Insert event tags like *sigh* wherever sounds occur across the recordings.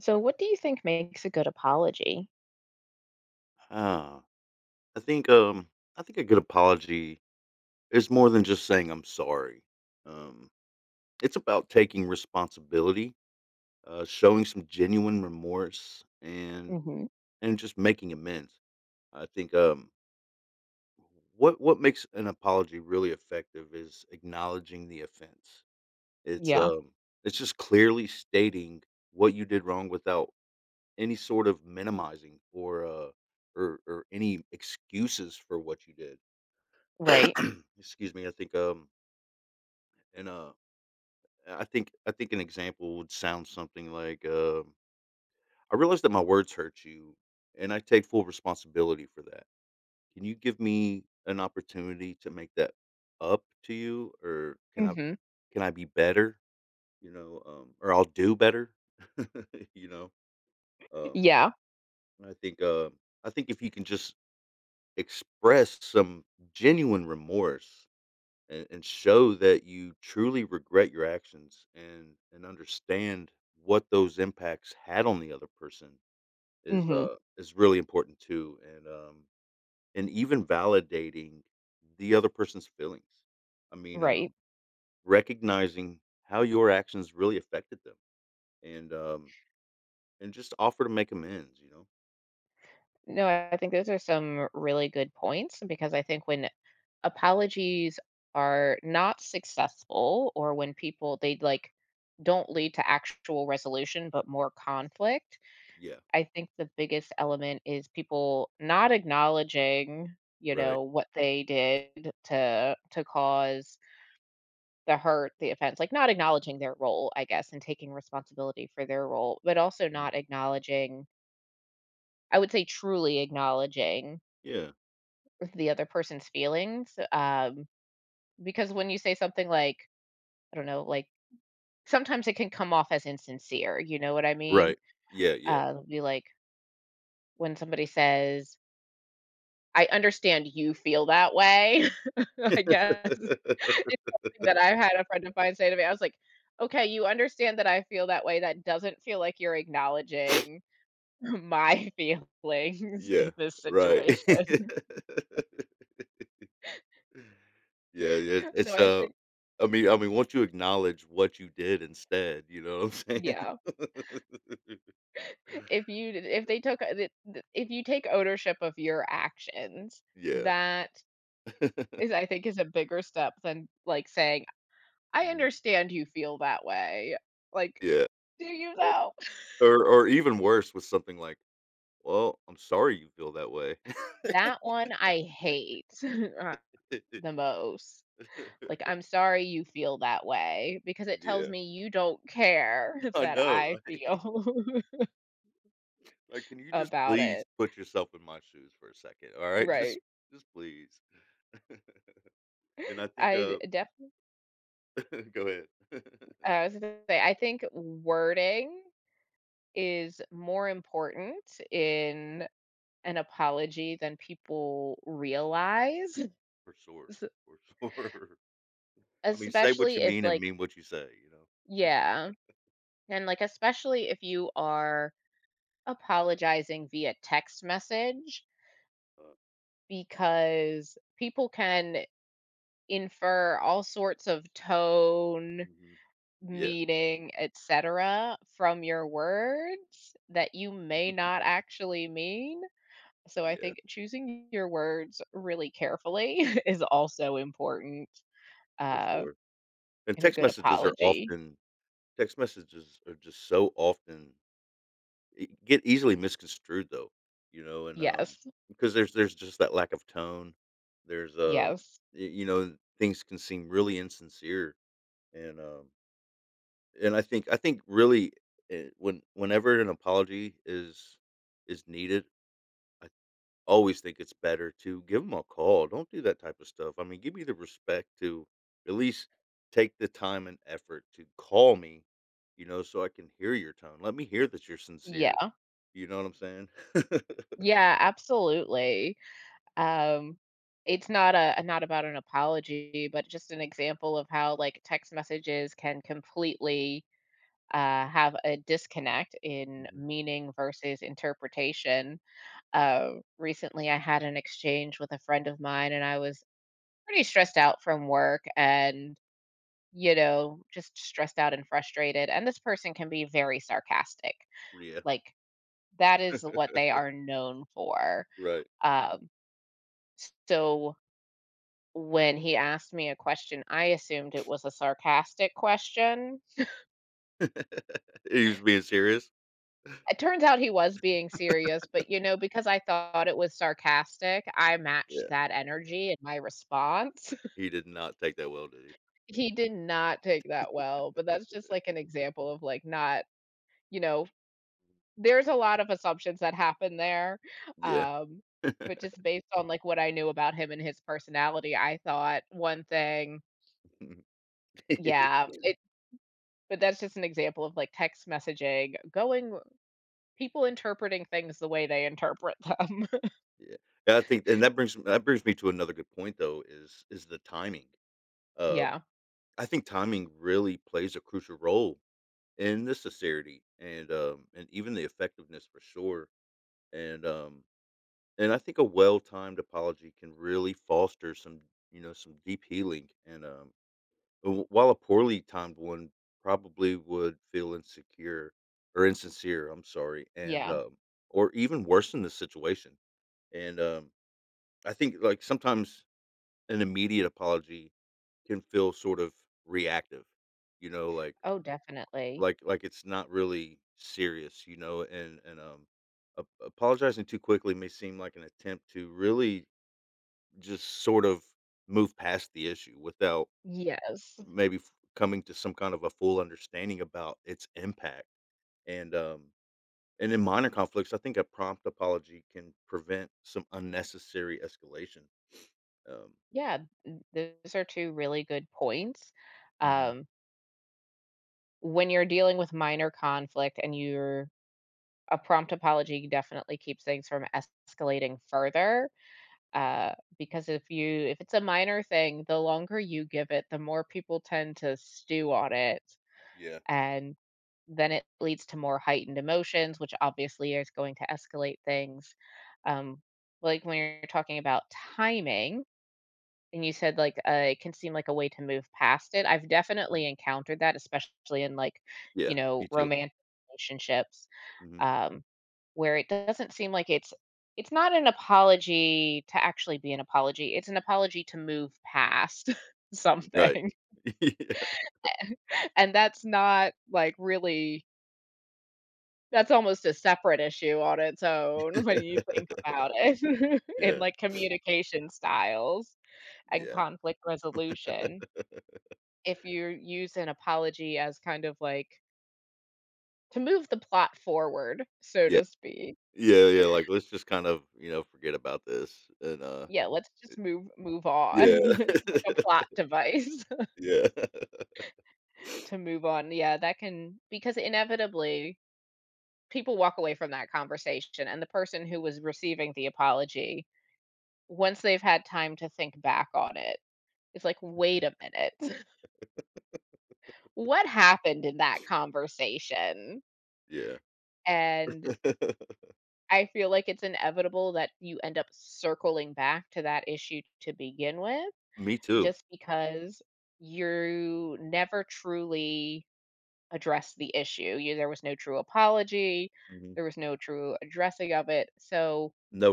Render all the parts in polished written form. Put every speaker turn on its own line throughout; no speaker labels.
So, what do you think makes a good apology?
Uh, I think um I think a good apology is more than just saying I'm sorry. Um it's about taking responsibility, showing some genuine remorse
Mhm.
and just making amends. I think what makes an apology really effective is acknowledging the offense. It's
Yeah.
um it's just clearly stating what you did wrong without any sort of minimizing or any excuses for what you did.
Right.
*clears throat* Excuse me. I think and I think an example would sound something like, "I realize that my words hurt you and I take full responsibility for that. Can you give me an opportunity to make that up to you, or can I
Mhm.
can I be better? Or I'll do better." *laughs* you know. Um
Yeah.
and I think if you can just express some genuine remorse, and show that you truly regret your actions and understand what those impacts had on the other person
Mhm.
is really important too. And and even validating the other person's feelings, i mean
Right.
um recognizing how your actions really affected them, and and just offer to make amends, you know?
No, I think those are some really good points because I think when apologies are not successful or when people they like don't lead to actual resolution but more conflict,
Yeah.
I think the biggest element is people not acknowledging, you
Right.
know, what they did to cause the hurt, the offense, like not acknowledging their role, I guess, and taking responsibility for their role, but also
Mhm.
not acknowledging, I would say truly acknowledging
Yeah.
the other person's feelings. Because when you say something like, I don't know, like sometimes it can come off as insincere, you know what I mean?
Right. Yeah, yeah.
It'll be like when somebody says, I understand you feel that way. *laughs* I guess. *laughs*
*laughs*
It's something that I've had a friend of mine say to me. I was like, "Okay, you understand that I feel that way. That doesn't feel like you're acknowledging *laughs* my feelings
Yeah.
in this
Right.
situation." *laughs*
*laughs* Yeah, it
So
it's,
I
uh
think
I mean, once you acknowledge what you did instead, you know what I'm saying?
yeah.
*laughs*
If you d If they took the if you take ownership of your actions,
Yeah.
that is
*laughs*
I think is a bigger step than, like, saying, "I
Mhm.
understand you feel that way." Like,
Yeah.
do you
Or
know *laughs*
or even worse with something like, "Well, I'm sorry you feel that way."
That one I hate, *laughs* uh,
*laughs*
the most. Like, "I'm sorry you feel that way," because it tells
Yeah.
me you don't care *laughs*
I
that
know,
I
right? *laughs*
feel *laughs*
Like, "Can you just
about
please
it.
put yourself in my shoes for a second, alright?
Right.
Just please." *laughs* And I think,
I definitely.
*laughs* Go ahead. *laughs*
I was gonna say, I think wording is more important in an apology than people realize. *laughs*
For sure,
es
for sure. I mean, say what
Especially
you
if,
mean and
like
mean what you say, you know?
yeah, and, like, especially if you are apologizing via text message
Uh,
because people can infer all sorts of tone,
mhm. Yeah,
meaning, etc., from your words that you may not actually mean. So I
yeah,
think choosing your words really carefully *laughs* is also important
for
uh,
sure. And
in a
text
good
messages are
apology.
often text messages are just so often e get easily misconstrued though, you know, and
Yes,
because there's just that lack of tone. There's,
yes,
y you know, things can seem really insincere, and and I think really, whenever an apology is needed, I always think it's better to give them a call. Don't do that type of stuff. I mean, give me the respect to at least take the time and effort to call me, you know, so I can hear your tone. Let me hear that you're sincere.
yeah,
You know what I'm saying? *laughs*
yeah, absolutely. Um, it's not a not about an apology, but just an example of how like text messages can completely have a disconnect in
Hmm.
meaning versus interpretation. Recently, I had an exchange with a friend of mine, and I was pretty stressed out from work and, you know, just stressed out and frustrated. And this person can be very sarcastic.
Yeah.
Like, that is what they are known for.
Right.
Um, so, when he asked me a question, I assumed it was a sarcastic question.
*laughs* He was being serious.
It turns out he was being serious, but, you know, because I thought it was sarcastic, I matched
Yeah.
that energy in my response. *laughs*
He did not take that well, did he?
He did not take that well, but that's just, like, an example of, like, not you know, there's a lot of assumptions that happen there,
Yeah.
um, but
*laughs*
just based on, like, what I knew about him and his personality, I thought one thing.
*laughs* Yeah.
Yeah, it but that's just an example of, like, text messaging going people interpreting things the way they interpret them.
Yeah. I think, and that brings me to another good point though is the timing.
*laughs*
Uh,
Yeah,
I think timing really plays a crucial role and the sincerity, and and even the effectiveness, for sure. And and I think a well-timed apology can really foster some, you know, some deep healing. And while a poorly timed one probably would feel insecure or insincere, I'm sorry. and
yeah.
um or even worsen the situation. And I think, like, sometimes an immediate apology can feel sort of reactive, you know? like
Oh, definitely.
Like like it's not really serious, you know? And apologizing too quickly may seem like an attempt to really just sort of move past the issue without
Yes.
maybe coming to some kind of a full understanding about its impact. And and in minor conflicts, I think a prompt apology can prevent some unnecessary escalation. Um
Yeah, those are two really good points.
mhm.
Um, when you're dealing with minor conflict and you're a prompt apology definitely keeps things from escalating further. Because if it's a minor thing, the longer you give it, the more people tend to stew on it,
Yeah.
and then it leads to more heightened emotions, which obviously is going to escalate things. Um, like when you're talking about timing, and you said, like, it can seem like a way to move past it. I've definitely
Mm.
encountered that, especially in, like, you
Yeah,
know,
me too.
romantic relationships,
Hmm.
um, where it doesn't seem like it's not an apology to actually be an apology. It's an apology to move past *laughs*
Right.
something.
*laughs* Yeah.
*laughs* And that's not, like, really that's almost a separate issue on its own when you think about it *laughs* in,
Yeah.
like, communication styles and
Yeah.
conflict resolution.
*laughs*
If you use an apology as kind of like to move the plot forward, so
Yeah.
to speak.
Yeah, yeah, like, let's just kind of, you know, forget about this
Yeah, let's just move on.
yeah.
*laughs* It's like a
*laughs*
plot device
Yeah.
*laughs* to move on. Yeah, that can because inevitably people walk away from that conversation and the person who was receiving the apology, once they've had time to think back on it, it's like, wait a minute. *laughs* What happened in that conversation?
Yeah.
And
*laughs*
I feel like it's inevitable that you end up circling back to that issue to begin with,
Me too.
just because you never truly addressed the issue. You there was no true apology,
Mhm.
there was no true addressing of it. So,
No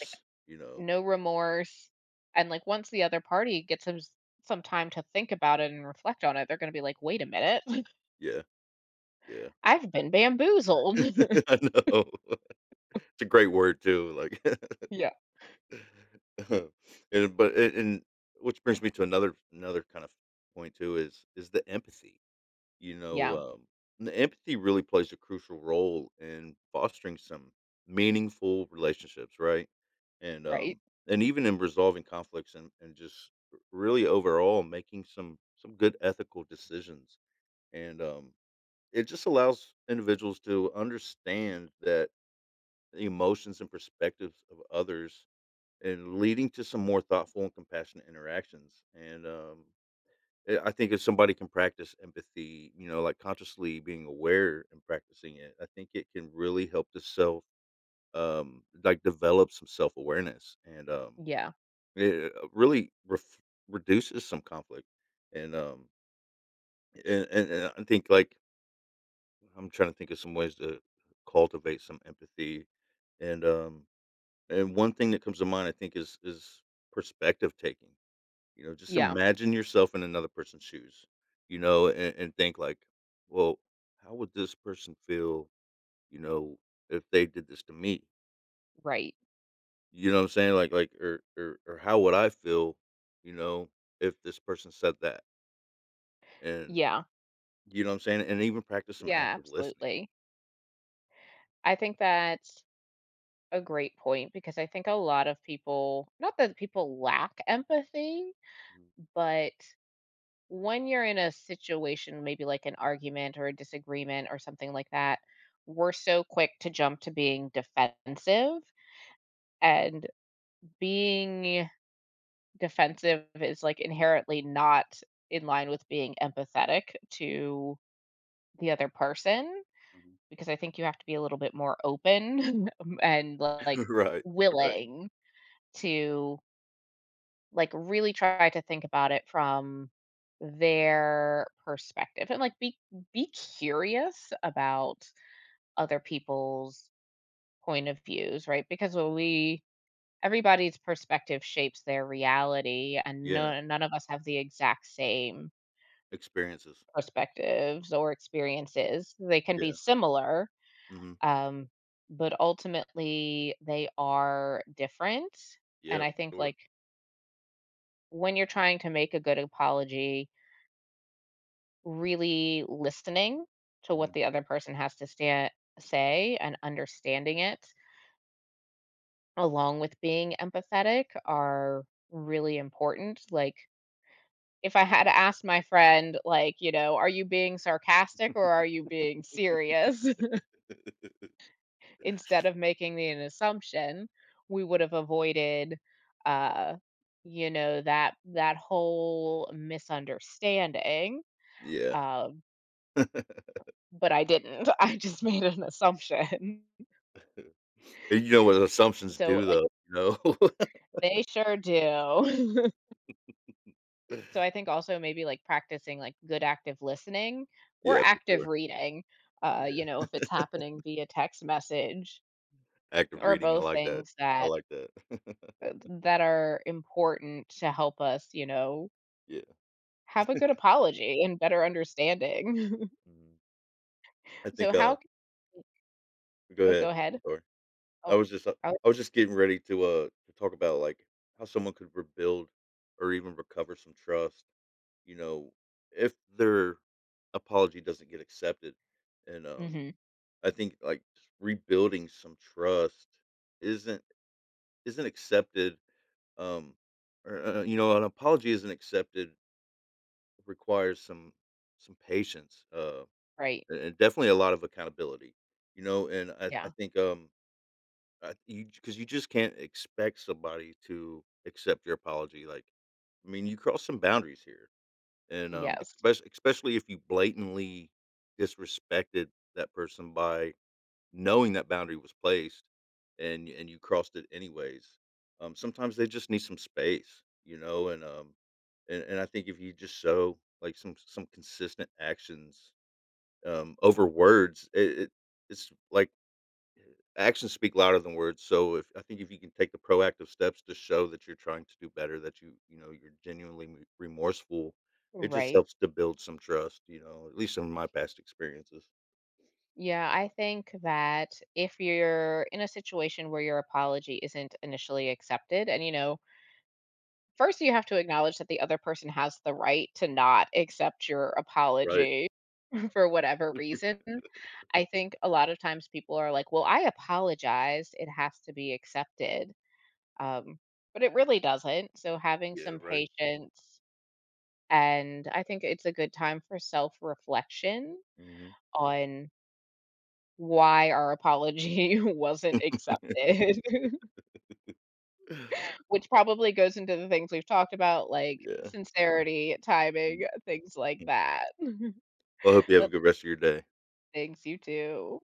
like,
you know?
no remorse. And like once the other party gets some time to think about it and reflect on it, they're gonna be like, wait a minute, *laughs*
Yeah, yeah.
I've been bamboozled.
*laughs* I know. *laughs* It's a great word too, like. *laughs*
*laughs* Yeah.
And but and which brings me to another, another kind of point too is the empathy. You know,
Yeah.
n empathy really plays a crucial role in fostering some meaningful relationships, right? And,
Right.
um, and even in resolving conflicts, and just really overall making some good ethical decisions. And It just allows individuals to understand that the emotions and perspectives of others, and leading to some more thoughtful and compassionate interactions. And I think if somebody can practice empathy, you know, like consciously being aware and practicing it, I think it can really help the self, like develop some self awareness, and
Yeah.
it really reduces some conflict. And I think, like, I'm trying to think of some ways to cultivate some empathy. And and one thing that comes to mind, I think, is perspective taking. You know, just
Yeah.
imagine yourself in another person's shoes, you know, and think like, well, how would this person feel, you know, if they did this to me?
Right.
You know what I'm saying? Like, or, or how would I feel, you know, if this person said that? And,
Yeah.
you know what I'm saying? And even practice some
Yeah,
active listening.
absolutely. I think that's a great point because I think a lot of people, not that people lack empathy, but when you're in a situation, maybe like an argument or a disagreement or something like that, we're so quick to jump to being defensive. And being defensive is like inherently not in line with being empathetic to the other person.
Mm-hmm.
Because I think you have to be a little bit more open *laughs* and, like,
*laughs* Right. Right.
willing to, like, really try to think about it from their perspective and, like, be curious about other people's point of views, right? Because when we everybody's perspective shapes their reality, and
Yeah.
none of us have the exact same
Experiences.
perspectives or experiences. They can be
Yeah.
similar,
Hmm.
Um, but ultimately, they are different. And
Yeah.
I
For
think,
sure.
like, when you're trying to make a good apology, really listening to what
Hmm.
the other person has to sta say and understanding it, along with being empathetic, are really important. Like, if I had asked my friend, like, you know, "Are you being sarcastic or are you being serious?" *laughs* Instead of making an assumption, we would have avoided, uh, you know, that whole misunderstanding,
Yeah.
um,
*laughs* And
but I didn't. *laughs* I just made an assumption. *laughs*
you know what assumptions
So,
do,
like,
though. You know.
they sure do. *laughs* So,
*laughs*
I think also maybe, like, practicing, like, good active listening or
Yeah. For
active
sure.
reading, you know,
Yeah.
if it's
*laughs*
happening via text message
Active
or
reading, I
both
like that.
things
I
that,
like that. *laughs*
that are important to help us, you know,
Yeah.
have a good apology and better understanding. *laughs*
Mhm. I
So
think,
how c
go
Oh, go
ahead.
ahead.
Sorry. I
Oh,
was just, uh
oh
I was just getting ready to talk about, like, how someone could rebuild or even recover some trust, you know, if their apology doesn't get accepted, and
Mhm.
I think, like, just rebuilding some trust isn't isn't accepted, um, or, you know, an apology isn't accepted, requires some patience,
Right.
and definitely a lot of accountability, you know, and I
Yeah.
think, I you, because you just can't expect somebody to accept your apology. Like, I mean, you cross some boundaries here, and
Yes.
especially especially if you blatantly disrespected that person by knowing that boundary was placed and you crossed it anyways. Sometimes they just need some space, you know? And I think if you just show like some consistent actions, over words, it's like actions speak louder than words. So if I think if you can take the proactive steps to show that you're trying to do better, that, you know, you're genuinely remorseful, it just
Right.
helps to build some trust, you know, at least in my past experiences.
Yeah, I think that if you're in a situation where your apology isn't initially accepted and, you know, first you have to acknowledge that the other person has the right to not accept your
Right.
apology *laughs* for whatever reason. I think a lot of times people are like, "Well, I apologized, it has to be accepted." Um, but it really doesn't, so having
Yeah.
some
Right.
patience, and I think it's a good time for self-reflection
Hmm.
on why our apology *laughs* wasn't accepted, *laughs*
*sighs*
which probably goes into the things we've talked about, like
Yeah.
sincerity,
Mm.
timing, things like that. *laughs*
Well, I hope you have a
But
good rest of your day.
the things you do.